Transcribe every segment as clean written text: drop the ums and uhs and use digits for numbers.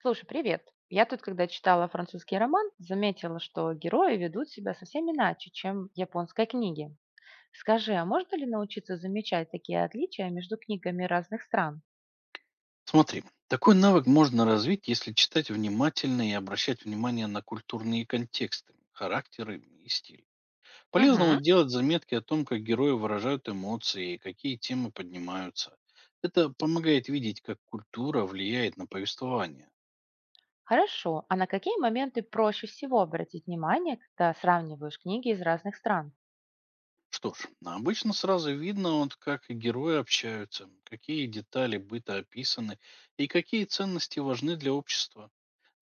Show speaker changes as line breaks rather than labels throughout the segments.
Слушай, привет. Я тут, когда читала французский роман, заметила, что герои ведут себя совсем иначе, чем в японской книге. Скажи, а можно ли научиться замечать такие отличия между книгами разных стран?
Смотри, такой навык можно развить, если читать внимательно и обращать внимание на культурные контексты, характеры и стиль. Полезно
Угу.
вот делать заметки о том, как герои выражают эмоции и какие темы поднимаются. Это помогает видеть, как культура влияет на повествование.
Хорошо. А на какие моменты проще всего обратить внимание, когда сравниваешь книги из разных стран?
Что ж, а обычно сразу видно, вот как герои общаются, какие детали быта описаны и какие ценности важны для общества.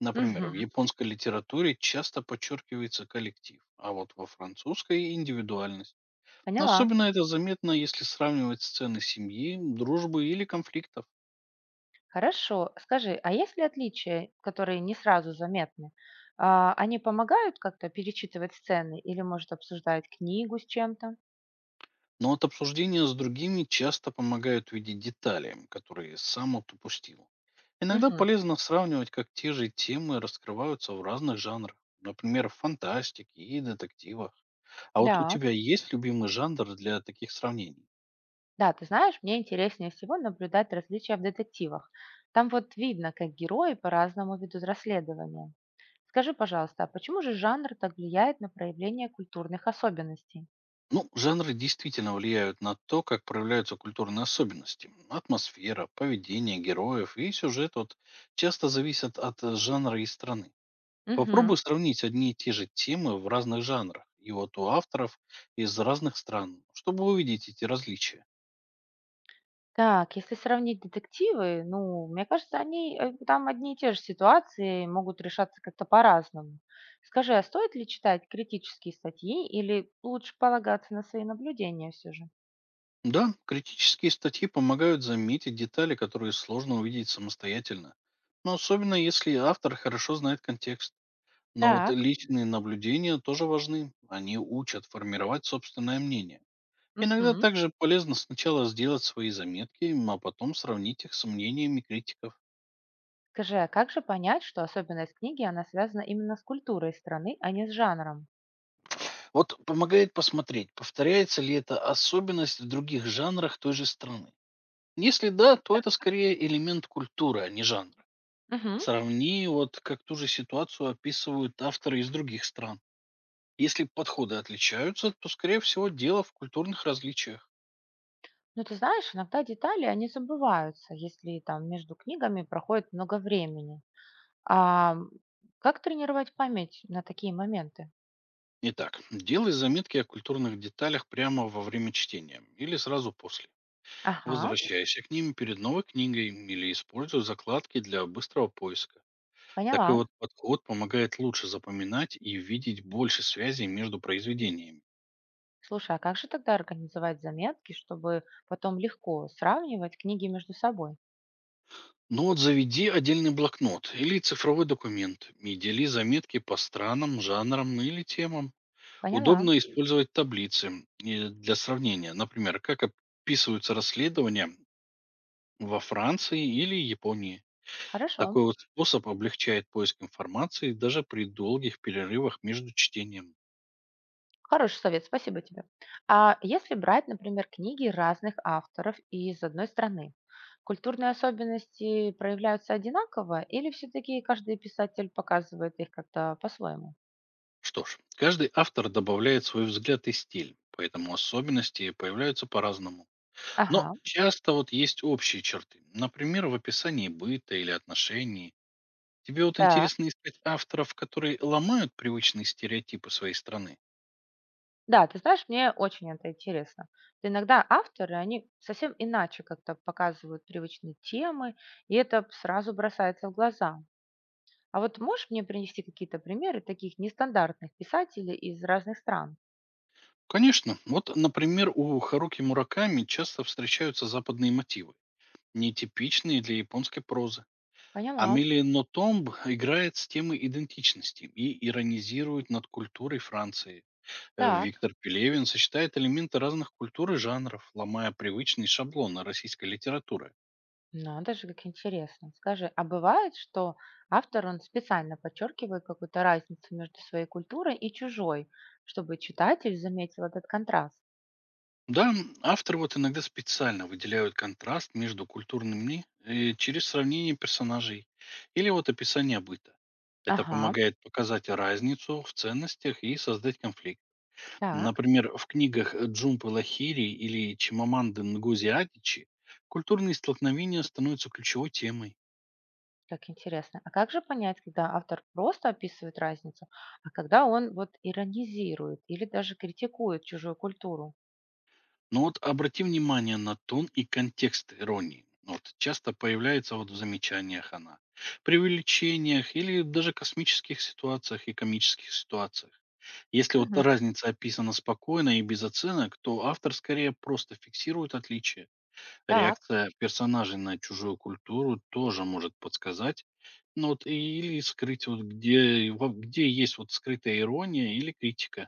Например, в
Угу.
японской литературе часто подчеркивается коллектив, а вот во французской– индивидуальность.
Поняла.
Особенно это заметно, если сравнивать сцены семьи, дружбы или конфликтов.
Хорошо. Скажи, а есть ли отличия, которые не сразу заметны? А, они помогают как-то перечитывать сцены или, может, обсуждать книгу с чем-то?
Но от обсуждения с другими часто помогают видеть детали, которые сам вот упустил. Иногда
Мгм.
полезно сравнивать, как те же темы раскрываются в разных жанрах, например, в фантастике и детективах. А вот у
Да,
тебя есть любимый жанр для таких сравнений?
да, ты знаешь, мне интереснее всего наблюдать различия в детективах. Там вот видно, как герои по-разному ведут расследование. Скажи, пожалуйста, а почему же жанр так влияет на проявление культурных особенностей?
Ну, жанры действительно влияют на то, как проявляются культурные особенности. Атмосфера, поведение героев и сюжет вот, часто зависят от жанра и страны.
Мгм.
Попробуй сравнить одни и те же темы в разных жанрах и вот у авторов из разных стран, чтобы увидеть эти различия.
Так, если сравнить детективы, ну, мне кажется, они там одни и те же ситуации могут решаться как-то по-разному. Скажи, а стоит ли читать критические статьи или лучше полагаться на свои наблюдения все же?
Да, критические статьи помогают заметить детали, которые сложно увидеть самостоятельно. Но особенно если автор хорошо знает контекст. Но вот
Так.
личные наблюдения тоже важны. Они учат формировать собственное мнение. Иногда
Мгм.
также полезно сначала сделать свои заметки, а потом сравнить их с мнениями критиков.
Скажи, а как же понять, что особенность книги, она связана именно с культурой страны, а не с жанром?
Вот помогает посмотреть, повторяется ли эта особенность в других жанрах той же страны. Если да, то это скорее элемент культуры, а не жанр.
Мгм.
Сравни вот как ту же ситуацию описывают авторы из других стран. Если подходы отличаются, то, скорее всего, дело в культурных различиях.
Ну, ты знаешь, иногда детали, они забываются, если там между книгами проходит много времени. А как тренировать память на такие моменты?
Итак, делай заметки о культурных деталях прямо во время чтения или сразу после.
Ага,
Возвращайся к ним перед новой книгой или используй закладки для быстрого поиска. Такой
поняла.
вот подход помогает лучше запоминать и видеть больше связей между произведениями.
Слушай, а как же тогда организовать заметки, чтобы потом легко сравнивать книги между собой?
Но вот заведи отдельный блокнот или цифровой документ и дели заметки по странам, жанрам или темам.
Поняла.
Удобно использовать таблицы для сравнения. Например, как описываются расследования во Франции или Японии.
Хорошо.
Такой вот способ облегчает поиск информации даже при долгих перерывах между чтением.
Хороший совет, спасибо тебе. А если брать, например, книги разных авторов из одной страны, культурные особенности проявляются одинаково или все-таки каждый писатель показывает их как-то по-своему?
Что ж, каждый автор добавляет свой взгляд и стиль, поэтому особенности появляются по-разному. Но
Ага,
часто вот есть общие черты. Например, в описании быта или отношений. Тебе вот
так.
интересно искать авторов, которые ломают привычные стереотипы своей страны?
Да, ты знаешь, мне очень это интересно. Иногда авторы, они совсем иначе как-то показывают привычные темы, и это сразу бросается в глаза. А вот можешь мне принести какие-то примеры таких нестандартных писателей из разных стран?
Конечно. Вот, например, у Харуки Мураками часто встречаются западные мотивы, нетипичные для японской прозы.
Поняла.
Амилия Нотомб играет с темой идентичности и иронизирует над культурой Франции.
Так.
Виктор Пелевин сочетает элементы разных культур и жанров, ломая привычные шаблоны российской литературы.
Надо же, как интересно. Скажи, а бывает, что автор, он специально подчеркивает какую-то разницу между своей культурой и чужой, чтобы читатель заметил этот контраст?
Да, авторы вот иногда специально выделяют контраст между культурными через сравнение персонажей или вот описание быта. Это
Ага,
помогает показать разницу в ценностях и создать конфликт.
так,
Например, в книгах Джумпы Лахири или Чимаманды Нгузи Адичи культурные столкновения становятся ключевой темой.
как интересно. А как же понять, когда автор просто описывает разницу, а когда он вот иронизирует или даже критикует чужую культуру?
Но вот обрати внимание на тон и контекст иронии. Ну вот часто появляется вот в замечаниях она, преувеличениях или даже космических ситуациях и комических ситуациях. Если вот
Мгм.
разница описана спокойно и без оценок, то автор скорее просто фиксирует отличия.
Так,
Реакция персонажей на чужую культуру тоже может подсказать, ну вот или скрыть вот где, где есть вот скрытая ирония или критика.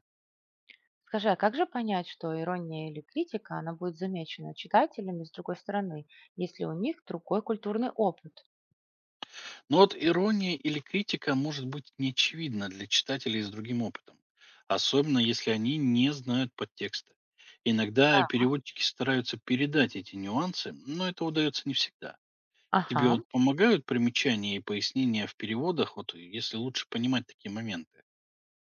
скажи, а как же понять, что ирония или критика, она будет замечена читателями с другой стороны, если у них другой культурный опыт?
Но вот ирония или критика может быть неочевидна для читателей с другим опытом, особенно если они не знают подтекста. Иногда
Да.
переводчики стараются передать эти нюансы, но это удается не всегда. Тебе
Ага.
вот помогают примечания и пояснения в переводах, вот если лучше понимать такие моменты.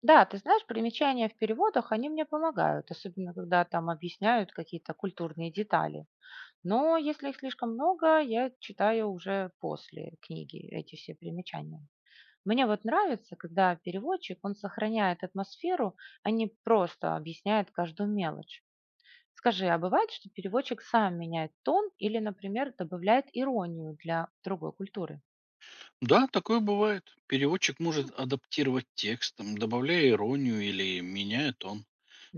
Да, ты знаешь, примечания в переводах, они мне помогают, особенно когда там объясняют какие-то культурные детали. Но если их слишком много, я читаю уже после книги эти все примечания. Мне вот нравится, когда переводчик, он сохраняет атмосферу, а не просто объясняет каждую мелочь. Скажи, а бывает, что переводчик сам меняет тон или, например, добавляет иронию для другой культуры?
Да, такое бывает. Переводчик
Ну,
может адаптировать текст, там, добавляя иронию или меняя тон,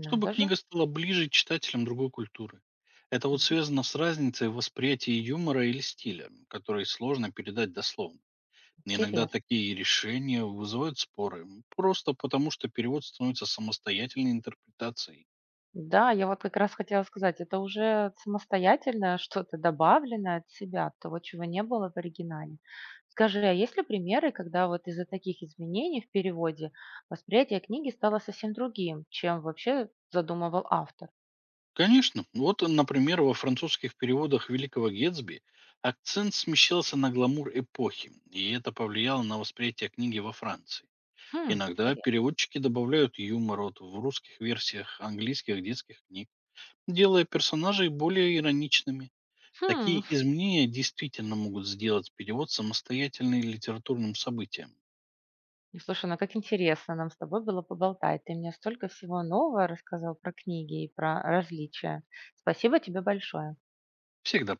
чтобы
же.
книга стала ближе читателям другой культуры. Это вот
М,
связано с разницей в восприятии юмора или стиля, который сложно передать дословно. Иногда
Интересно.
такие решения вызывают споры, просто потому что перевод становится самостоятельной интерпретацией.
Да, я вот как раз хотела сказать, это уже самостоятельное что-то добавленное от себя, от того, чего не было в оригинале. Скажи, а есть ли примеры, когда вот из-за таких изменений в переводе восприятие книги стало совсем другим, чем вообще задумывал автор?
Конечно. Вот, например, во французских переводах «Великого Гетсби» акцент смещался на гламур эпохи, и это повлияло на восприятие книги во Франции.
Хм,
Иногда переводчики добавляют юмор вот в русских версиях английских детских книг, делая персонажей более ироничными.
хм.
Такие изменения действительно могут сделать перевод самостоятельным литературным событием.
Ну, слушай, ну как интересно нам с тобой было поболтать. Ты мне столько всего нового рассказал про книги и про различия. Спасибо тебе большое.
Всегда